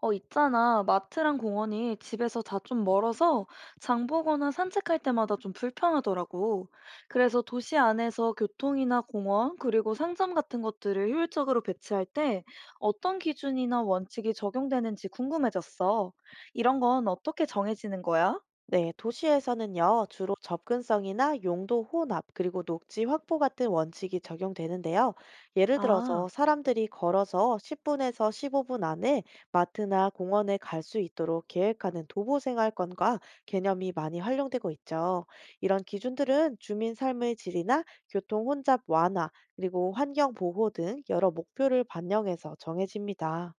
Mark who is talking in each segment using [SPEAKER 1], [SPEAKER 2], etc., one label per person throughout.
[SPEAKER 1] 어, 있잖아. 마트랑 공원이 집에서 다 좀 멀어서 장 보거나 산책할 때마다 좀 불편하더라고. 그래서 도시 안에서 교통이나 공원, 그리고 상점 같은 것들을 효율적으로 배치할 때 어떤 기준이나 원칙이 적용되는지 궁금해졌어. 이런 건 어떻게 정해지는 거야?
[SPEAKER 2] 네, 도시에서는요, 주로 접근성이나 용도 혼합, 그리고 녹지 확보 같은 원칙이 적용되는데요. 예를 들어서
[SPEAKER 1] 아,
[SPEAKER 2] 사람들이 걸어서 10분에서 15분 안에 마트나 공원에 갈 수 있도록 계획하는 도보 생활권과 개념이 많이 활용되고 있죠. 이런 기준들은 주민 삶의 질이나 교통 혼잡 완화, 그리고 환경 보호 등 여러 목표를 반영해서 정해집니다.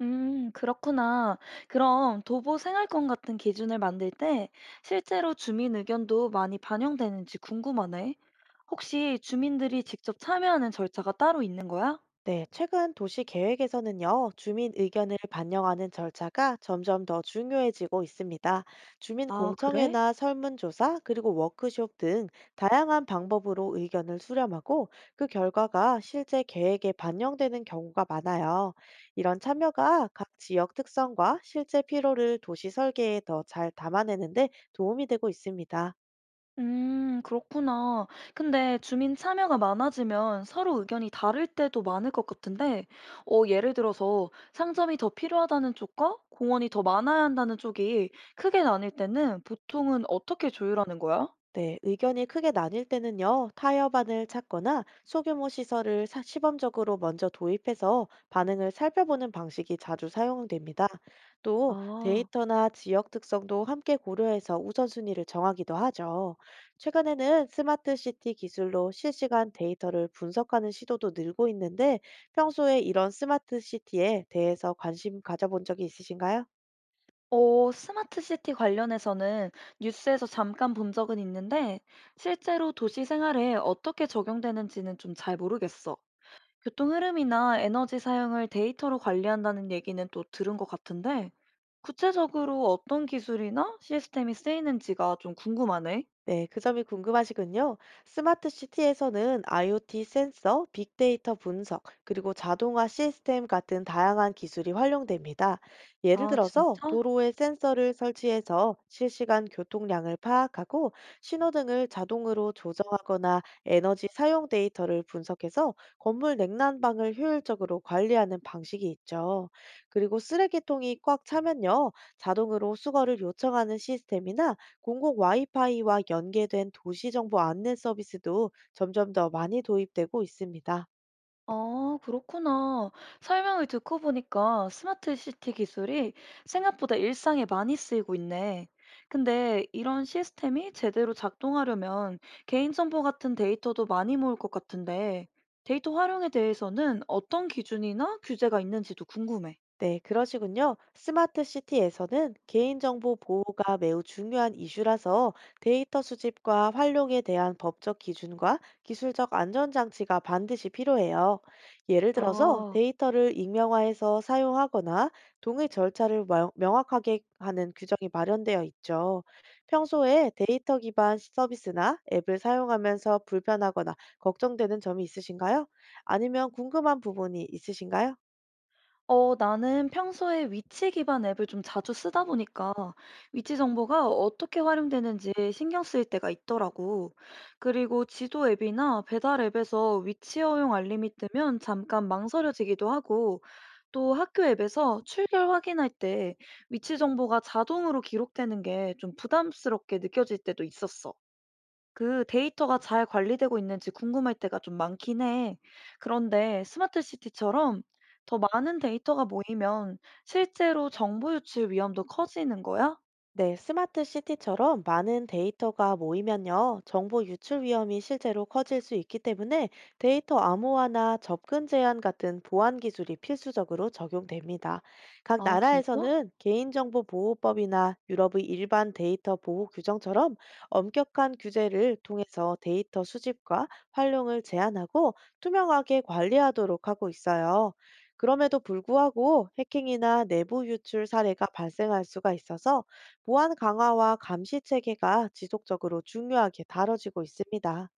[SPEAKER 1] 그렇구나. 그럼 도보 생활권 같은 기준을 만들 때 실제로 주민 의견도 많이 반영되는지 궁금하네. 혹시 주민들이 직접 참여하는 절차가 따로 있는 거야?
[SPEAKER 2] 네, 최근 도시 계획에서는요, 주민 의견을 반영하는 절차가 점점 더 중요해지고 있습니다. 주민
[SPEAKER 1] 아, 그래?
[SPEAKER 2] 공청회나 설문조사, 그리고 워크숍 등 다양한 방법으로 의견을 수렴하고 그 결과가 실제 계획에 반영되는 경우가 많아요. 이런 참여가 각 지역 특성과 실제 필요를 도시 설계에 더 잘 담아내는데 도움이 되고 있습니다.
[SPEAKER 1] 그렇구나. 근데 주민 참여가 많아지면 서로 의견이 다를 때도 많을 것 같은데, 어, 예를 들어서 상점이 더 필요하다는 쪽과 공원이 더 많아야 한다는 쪽이 크게 나뉠 때는 보통은 어떻게 조율하는 거야?
[SPEAKER 2] 네, 의견이 크게 나뉠 때는요, 타협안을 찾거나 소규모 시설을 시범적으로 먼저 도입해서 반응을 살펴보는 방식이 자주 사용됩니다. 또
[SPEAKER 1] 아,
[SPEAKER 2] 데이터나 지역 특성도 함께 고려해서 우선순위를 정하기도 하죠. 최근에는 스마트 시티 기술로 실시간 데이터를 분석하는 시도도 늘고 있는데 평소에 이런 스마트 시티에 대해서 관심 가져본 적이 있으신가요?
[SPEAKER 1] 어, 스마트 시티 관련해서는 뉴스에서 잠깐 본 적은 있는데, 실제로 도시 생활에 어떻게 적용되는지는 좀 잘 모르겠어. 교통 흐름이나 에너지 사용을 데이터로 관리한다는 얘기는 또 들은 것 같은데, 구체적으로 어떤 기술이나 시스템이 쓰이는지가 좀 궁금하네.
[SPEAKER 2] 네, 그 점이 궁금하시군요. 스마트 시티에서는 IoT 센서, 빅데이터 분석, 그리고 자동화 시스템 같은 다양한 기술이 활용됩니다. 예를
[SPEAKER 1] 아,
[SPEAKER 2] 들어서
[SPEAKER 1] 진짜?
[SPEAKER 2] 도로에 센서를 설치해서 실시간 교통량을 파악하고 신호등을 자동으로 조정하거나 에너지 사용 데이터를 분석해서 건물 냉난방을 효율적으로 관리하는 방식이 있죠. 그리고 쓰레기통이 꽉 차면요, 자동으로 수거를 요청하는 시스템이나 공공 와이파이와 연계된 도시정보 안내 서비스도 점점 더 많이 도입되고 있습니다.
[SPEAKER 1] 아, 그렇구나. 설명을 듣고 보니까 스마트 시티 기술이 생각보다 일상에 많이 쓰이고 있네. 근데 이런 시스템이 제대로 작동하려면 개인정보 같은 데이터도 많이 모을 것 같은데, 데이터 활용에 대해서는 어떤 기준이나 규제가 있는지도 궁금해.
[SPEAKER 2] 네, 그러시군요. 스마트 시티에서는 개인정보 보호가 매우 중요한 이슈라서 데이터 수집과 활용에 대한 법적 기준과 기술적 안전장치가 반드시 필요해요. 예를 들어서
[SPEAKER 1] 아.
[SPEAKER 2] 데이터를 익명화해서 사용하거나 동의 절차를 명확하게 하는 규정이 마련되어 있죠. 평소에 데이터 기반 서비스나 앱을 사용하면서 불편하거나 걱정되는 점이 있으신가요? 아니면 궁금한 부분이 있으신가요?
[SPEAKER 1] 어, 나는 평소에 위치 기반 앱을 좀 자주 쓰다 보니까 위치 정보가 어떻게 활용되는지 신경 쓰일 때가 있더라고. 그리고 지도 앱이나 배달 앱에서 위치 허용 알림이 뜨면 잠깐 망설여지기도 하고, 또 학교 앱에서 출결 확인할 때 위치 정보가 자동으로 기록되는 게 좀 부담스럽게 느껴질 때도 있었어. 그 데이터가 잘 관리되고 있는지 궁금할 때가 좀 많긴 해. 그런데 스마트 시티처럼 더 많은 데이터가 모이면 실제로 정보 유출 위험도 커지는 거야?
[SPEAKER 2] 네, 스마트 시티처럼 많은 데이터가 모이면요, 정보 유출 위험이 실제로 커질 수 있기 때문에 데이터 암호화나 접근 제한 같은 보안 기술이 필수적으로 적용됩니다. 각
[SPEAKER 1] 아, 진짜?
[SPEAKER 2] 나라에서는 개인정보보호법이나 유럽의 일반 데이터 보호 규정처럼 엄격한 규제를 통해서 데이터 수집과 활용을 제한하고 투명하게 관리하도록 하고 있어요. 그럼에도 불구하고 해킹이나 내부 유출 사례가 발생할 수가 있어서 보안 강화와 감시 체계가 지속적으로 중요하게 다뤄지고 있습니다.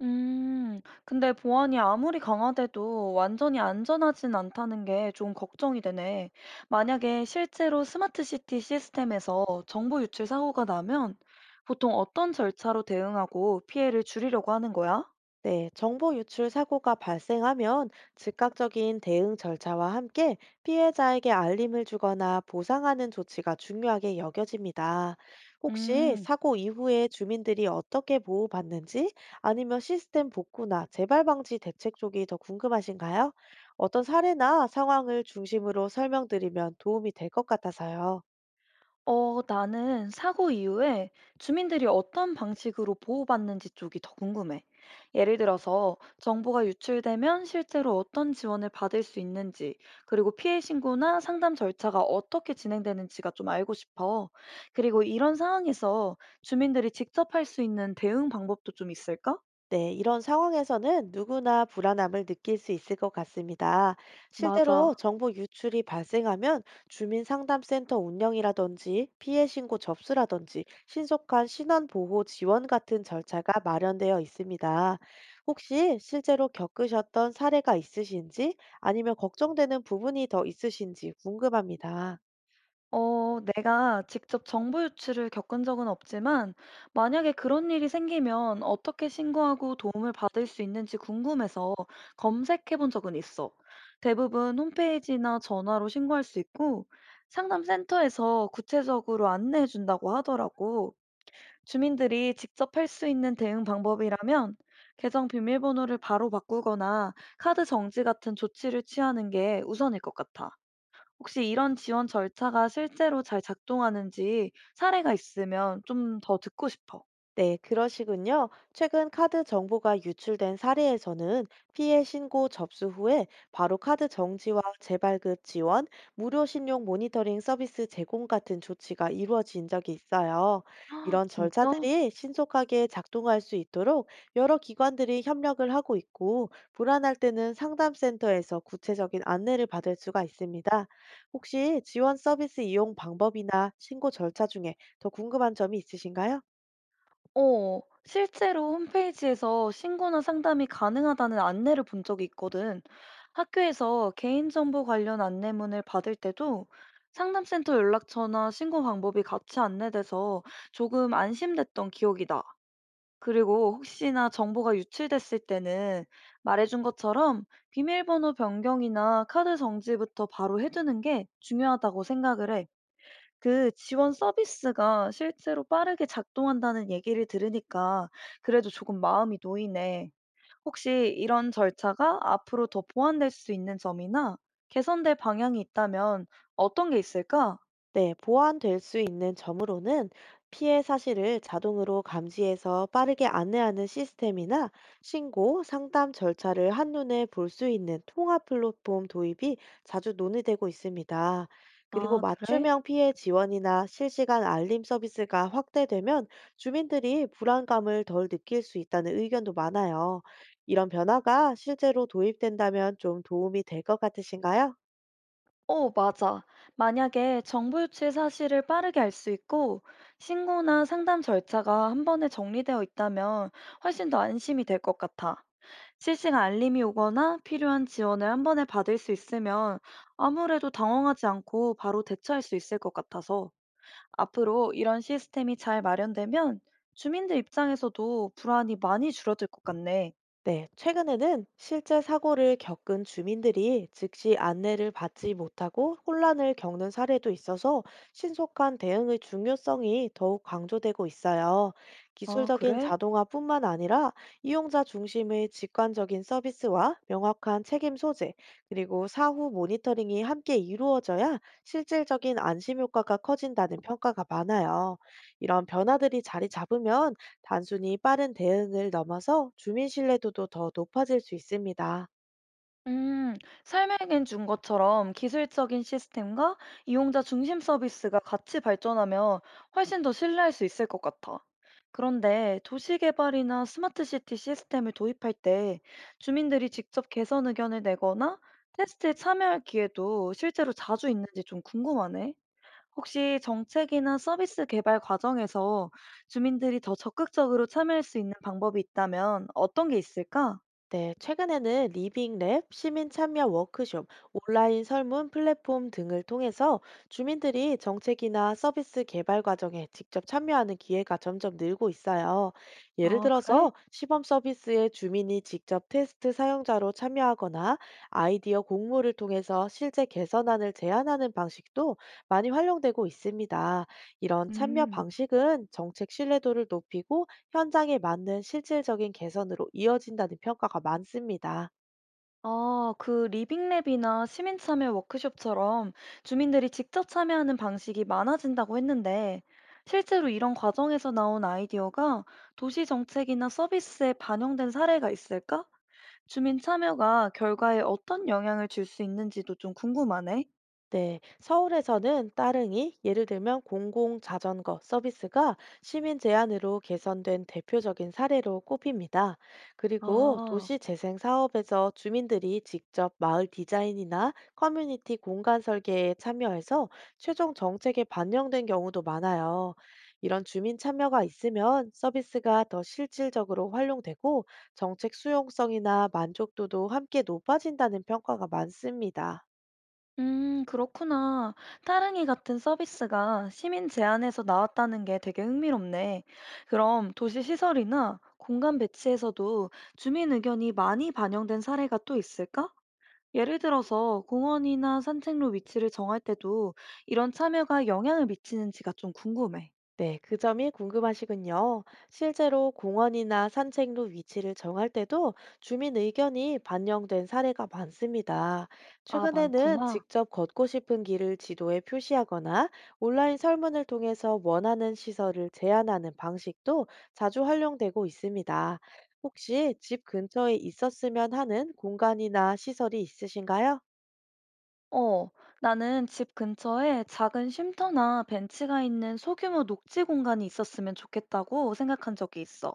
[SPEAKER 1] 근데 보안이 아무리 강화돼도 완전히 안전하진 않다는 게 좀 걱정이 되네. 만약에 실제로 스마트 시티 시스템에서 정보 유출 사고가 나면 보통 어떤 절차로 대응하고 피해를 줄이려고 하는 거야?
[SPEAKER 2] 네, 정보 유출 사고가 발생하면 즉각적인 대응 절차와 함께 피해자에게 알림을 주거나 보상하는 조치가 중요하게 여겨집니다. 혹시
[SPEAKER 1] 음.
[SPEAKER 2] 사고 이후에 주민들이 어떻게 보호받는지 아니면 시스템 복구나 재발 방지 대책 쪽이 더 궁금하신가요? 어떤 사례나 상황을 중심으로 설명드리면 도움이 될 것 같아서요.
[SPEAKER 1] 어, 나는 사고 이후에 주민들이 어떤 방식으로 보호받는지 쪽이 더 궁금해. 예를 들어서 정보가 유출되면 실제로 어떤 지원을 받을 수 있는지, 그리고 피해 신고나 상담 절차가 어떻게 진행되는지가 좀 알고 싶어. 그리고 이런 상황에서 주민들이 직접 할 수 있는 대응 방법도 좀 있을까?
[SPEAKER 2] 네, 이런 상황에서는 누구나 불안함을 느낄 수 있을 것 같습니다.
[SPEAKER 1] 맞아.
[SPEAKER 2] 실제로 정보 유출이 발생하면 주민상담센터 운영이라든지 피해 신고 접수라든지 신속한 신원 보호 지원 같은 절차가 마련되어 있습니다. 혹시 실제로 겪으셨던 사례가 있으신지 아니면 걱정되는 부분이 더 있으신지 궁금합니다.
[SPEAKER 1] 어, 내가 직접 정보 유출을 겪은 적은 없지만, 만약에 그런 일이 생기면 어떻게 신고하고 도움을 받을 수 있는지 궁금해서 검색해 본 적은 있어. 대부분 홈페이지나 전화로 신고할 수 있고, 상담센터에서 구체적으로 안내해 준다고 하더라고. 주민들이 직접 할 수 있는 대응 방법이라면, 계정 비밀번호를 바로 바꾸거나 카드 정지 같은 조치를 취하는 게 우선일 것 같아. 혹시 이런 지원 절차가 실제로 잘 작동하는지 사례가 있으면 좀 더 듣고 싶어.
[SPEAKER 2] 네, 그러시군요. 최근 카드 정보가 유출된 사례에서는 피해 신고 접수 후에 바로 카드 정지와 재발급 지원, 무료 신용 모니터링 서비스 제공 같은 조치가 이루어진 적이 있어요.
[SPEAKER 1] 아,
[SPEAKER 2] 이런
[SPEAKER 1] 진짜?
[SPEAKER 2] 절차들이 신속하게 작동할 수 있도록 여러 기관들이 협력을 하고 있고, 불안할 때는 상담센터에서 구체적인 안내를 받을 수가 있습니다. 혹시 지원 서비스 이용 방법이나 신고 절차 중에 더 궁금한 점이 있으신가요?
[SPEAKER 1] 어. 실제로 홈페이지에서 신고나 상담이 가능하다는 안내를 본 적이 있거든. 학교에서 개인정보 관련 안내문을 받을 때도 상담센터 연락처나 신고 방법이 같이 안내돼서 조금 안심됐던 기억이 나. 그리고 혹시나 정보가 유출됐을 때는 말해준 것처럼 비밀번호 변경이나 카드 정지부터 바로 해두는 게 중요하다고 생각을 해. 그 지원 서비스가 실제로 빠르게 작동한다는 얘기를 들으니까 그래도 조금 마음이 놓이네. 혹시 이런 절차가 앞으로 더 보완될 수 있는 점이나 개선될 방향이 있다면 어떤 게 있을까?
[SPEAKER 2] 네, 보완될 수 있는 점으로는 피해 사실을 자동으로 감지해서 빠르게 안내하는 시스템이나 신고, 상담 절차를 한눈에 볼 수 있는 통합 플랫폼 도입이 자주 논의되고 있습니다. 그리고
[SPEAKER 1] 아, 그래?
[SPEAKER 2] 맞춤형 피해 지원이나 실시간 알림 서비스가 확대되면 주민들이 불안감을 덜 느낄 수 있다는 의견도 많아요. 이런 변화가 실제로 도입된다면 좀 도움이 될 것 같으신가요?
[SPEAKER 1] 어, 맞아. 만약에 정보 유치 사실을 빠르게 알 수 있고 신고나 상담 절차가 한 번에 정리되어 있다면 훨씬 더 안심이 될 것 같아. 실시간 알림이 오거나 필요한 지원을 한 번에 받을 수 있으면 아무래도 당황하지 않고 바로 대처할 수 있을 것 같아서 앞으로 이런 시스템이 잘 마련되면 주민들 입장에서도 불안이 많이 줄어들 것 같네.
[SPEAKER 2] 네, 최근에는 실제 사고를 겪은 주민들이 즉시 안내를 받지 못하고 혼란을 겪는 사례도 있어서 신속한 대응의 중요성이 더욱 강조되고 있어요.
[SPEAKER 1] 아,
[SPEAKER 2] 기술적인
[SPEAKER 1] 그래?
[SPEAKER 2] 자동화뿐만 아니라 이용자 중심의 직관적인 서비스와 명확한 책임 소재, 그리고 사후 모니터링이 함께 이루어져야 실질적인 안심 효과가 커진다는 평가가 많아요. 이런 변화들이 자리 잡으면 단순히 빠른 대응을 넘어서 주민 신뢰도도 더 높아질 수 있습니다.
[SPEAKER 1] 음, 설명해 준 것처럼 기술적인 시스템과 이용자 중심 서비스가 같이 발전하면 훨씬 더 신뢰할 수 있을 것 같아. 그런데 도시 개발이나 스마트 시티 시스템을 도입할 때 주민들이 직접 개선 의견을 내거나 테스트에 참여할 기회도 실제로 자주 있는지 좀 궁금하네. 혹시 정책이나 서비스 개발 과정에서 주민들이 더 적극적으로 참여할 수 있는 방법이 있다면 어떤 게 있을까?
[SPEAKER 2] 네, 최근에는 리빙랩, 시민 참여 워크숍, 온라인 설문 플랫폼 등을 통해서 주민들이 정책이나 서비스 개발 과정에 직접 참여하는 기회가 점점 늘고 있어요. 예를
[SPEAKER 1] 아, 그래?
[SPEAKER 2] 들어서 시범 서비스에 주민이 직접 테스트 사용자로 참여하거나 아이디어 공모를 통해서 실제 개선안을 제안하는 방식도 많이 활용되고 있습니다. 이런 참여
[SPEAKER 1] 음.
[SPEAKER 2] 방식은 정책 신뢰도를 높이고 현장에 맞는 실질적인 개선으로 이어진다는 평가가 많습니다.
[SPEAKER 1] 아, 그 리빙랩이나 시민참여 워크숍처럼 주민들이 직접 참여하는 방식이 많아진다고 했는데, 실제로 이런 과정에서 나온 아이디어가 도시 정책이나 서비스에 반영된 사례가 있을까? 주민 참여가 결과에 어떤 영향을 줄 수 있는지도 좀 궁금하네.
[SPEAKER 2] 네, 서울에서는 따릉이, 예를 들면 공공 자전거 서비스가 시민 제안으로 개선된 대표적인 사례로 꼽힙니다. 그리고
[SPEAKER 1] 아.
[SPEAKER 2] 도시 재생 사업에서 주민들이 직접 마을 디자인이나 커뮤니티 공간 설계에 참여해서 최종 정책에 반영된 경우도 많아요. 이런 주민 참여가 있으면 서비스가 더 실질적으로 활용되고 정책 수용성이나 만족도도 함께 높아진다는 평가가 많습니다.
[SPEAKER 1] 그렇구나. 따릉이 같은 서비스가 시민 제안에서 나왔다는 게 되게 흥미롭네. 그럼 도시 시설이나 공간 배치에서도 주민 의견이 많이 반영된 사례가 또 있을까? 예를 들어서 공원이나 산책로 위치를 정할 때도 이런 참여가 영향을 미치는지가 좀 궁금해.
[SPEAKER 2] 네, 그 점이 궁금하시군요. 실제로 공원이나 산책로 위치를 정할 때도 주민 의견이 반영된 사례가 많습니다.
[SPEAKER 1] 아,
[SPEAKER 2] 최근에는
[SPEAKER 1] 많구나.
[SPEAKER 2] 직접 걷고 싶은 길을 지도에 표시하거나 온라인 설문을 통해서 원하는 시설을 제안하는 방식도 자주 활용되고 있습니다. 혹시 집 근처에 있었으면 하는 공간이나 시설이 있으신가요?
[SPEAKER 1] 어, 나는 집 근처에 작은 쉼터나 벤치가 있는 소규모 녹지 공간이 있었으면 좋겠다고 생각한 적이 있어.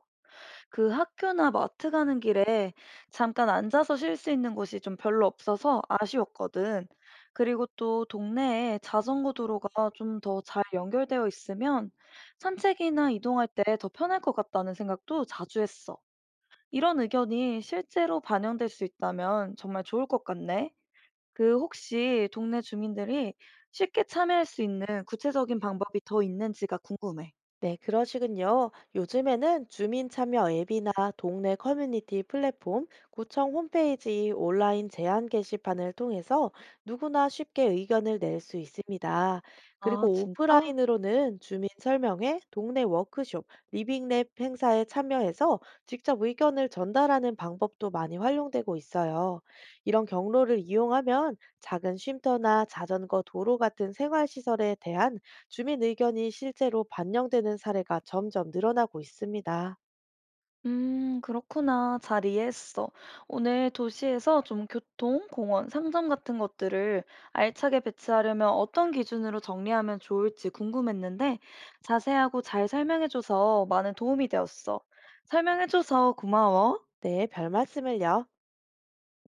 [SPEAKER 1] 그 학교나 마트 가는 길에 잠깐 앉아서 쉴 수 있는 곳이 좀 별로 없어서 아쉬웠거든. 그리고 또 동네에 자전거 도로가 좀 더 잘 연결되어 있으면 산책이나 이동할 때 더 편할 것 같다는 생각도 자주 했어. 이런 의견이 실제로 반영될 수 있다면 정말 좋을 것 같네. 그 혹시 동네 주민들이 쉽게 참여할 수 있는 구체적인 방법이 더 있는지가 궁금해.
[SPEAKER 2] 네, 그러시군요. 요즘에는 주민 참여 앱이나 동네 커뮤니티 플랫폼, 구청 홈페이지 온라인 제안 게시판을 통해서 누구나 쉽게 의견을 낼 수 있습니다.
[SPEAKER 1] 아,
[SPEAKER 2] 그리고
[SPEAKER 1] 진짜?
[SPEAKER 2] 오프라인으로는 주민 설명회, 동네 워크숍, 리빙랩 행사에 참여해서 직접 의견을 전달하는 방법도 많이 활용되고 있어요. 이런 경로를 이용하면 작은 쉼터나 자전거 도로 같은 생활시설에 대한 주민 의견이 실제로 반영되는 사례가 점점 늘어나고 있습니다.
[SPEAKER 1] 그렇구나. 잘 이해했어. 오늘 도시에서 좀 교통, 공원, 상점 같은 것들을 알차게 배치하려면 어떤 기준으로 정리하면 좋을지 궁금했는데 자세하고 잘 설명해줘서 많은 도움이 되었어. 설명해줘서 고마워.
[SPEAKER 2] 네, 별 말씀을요.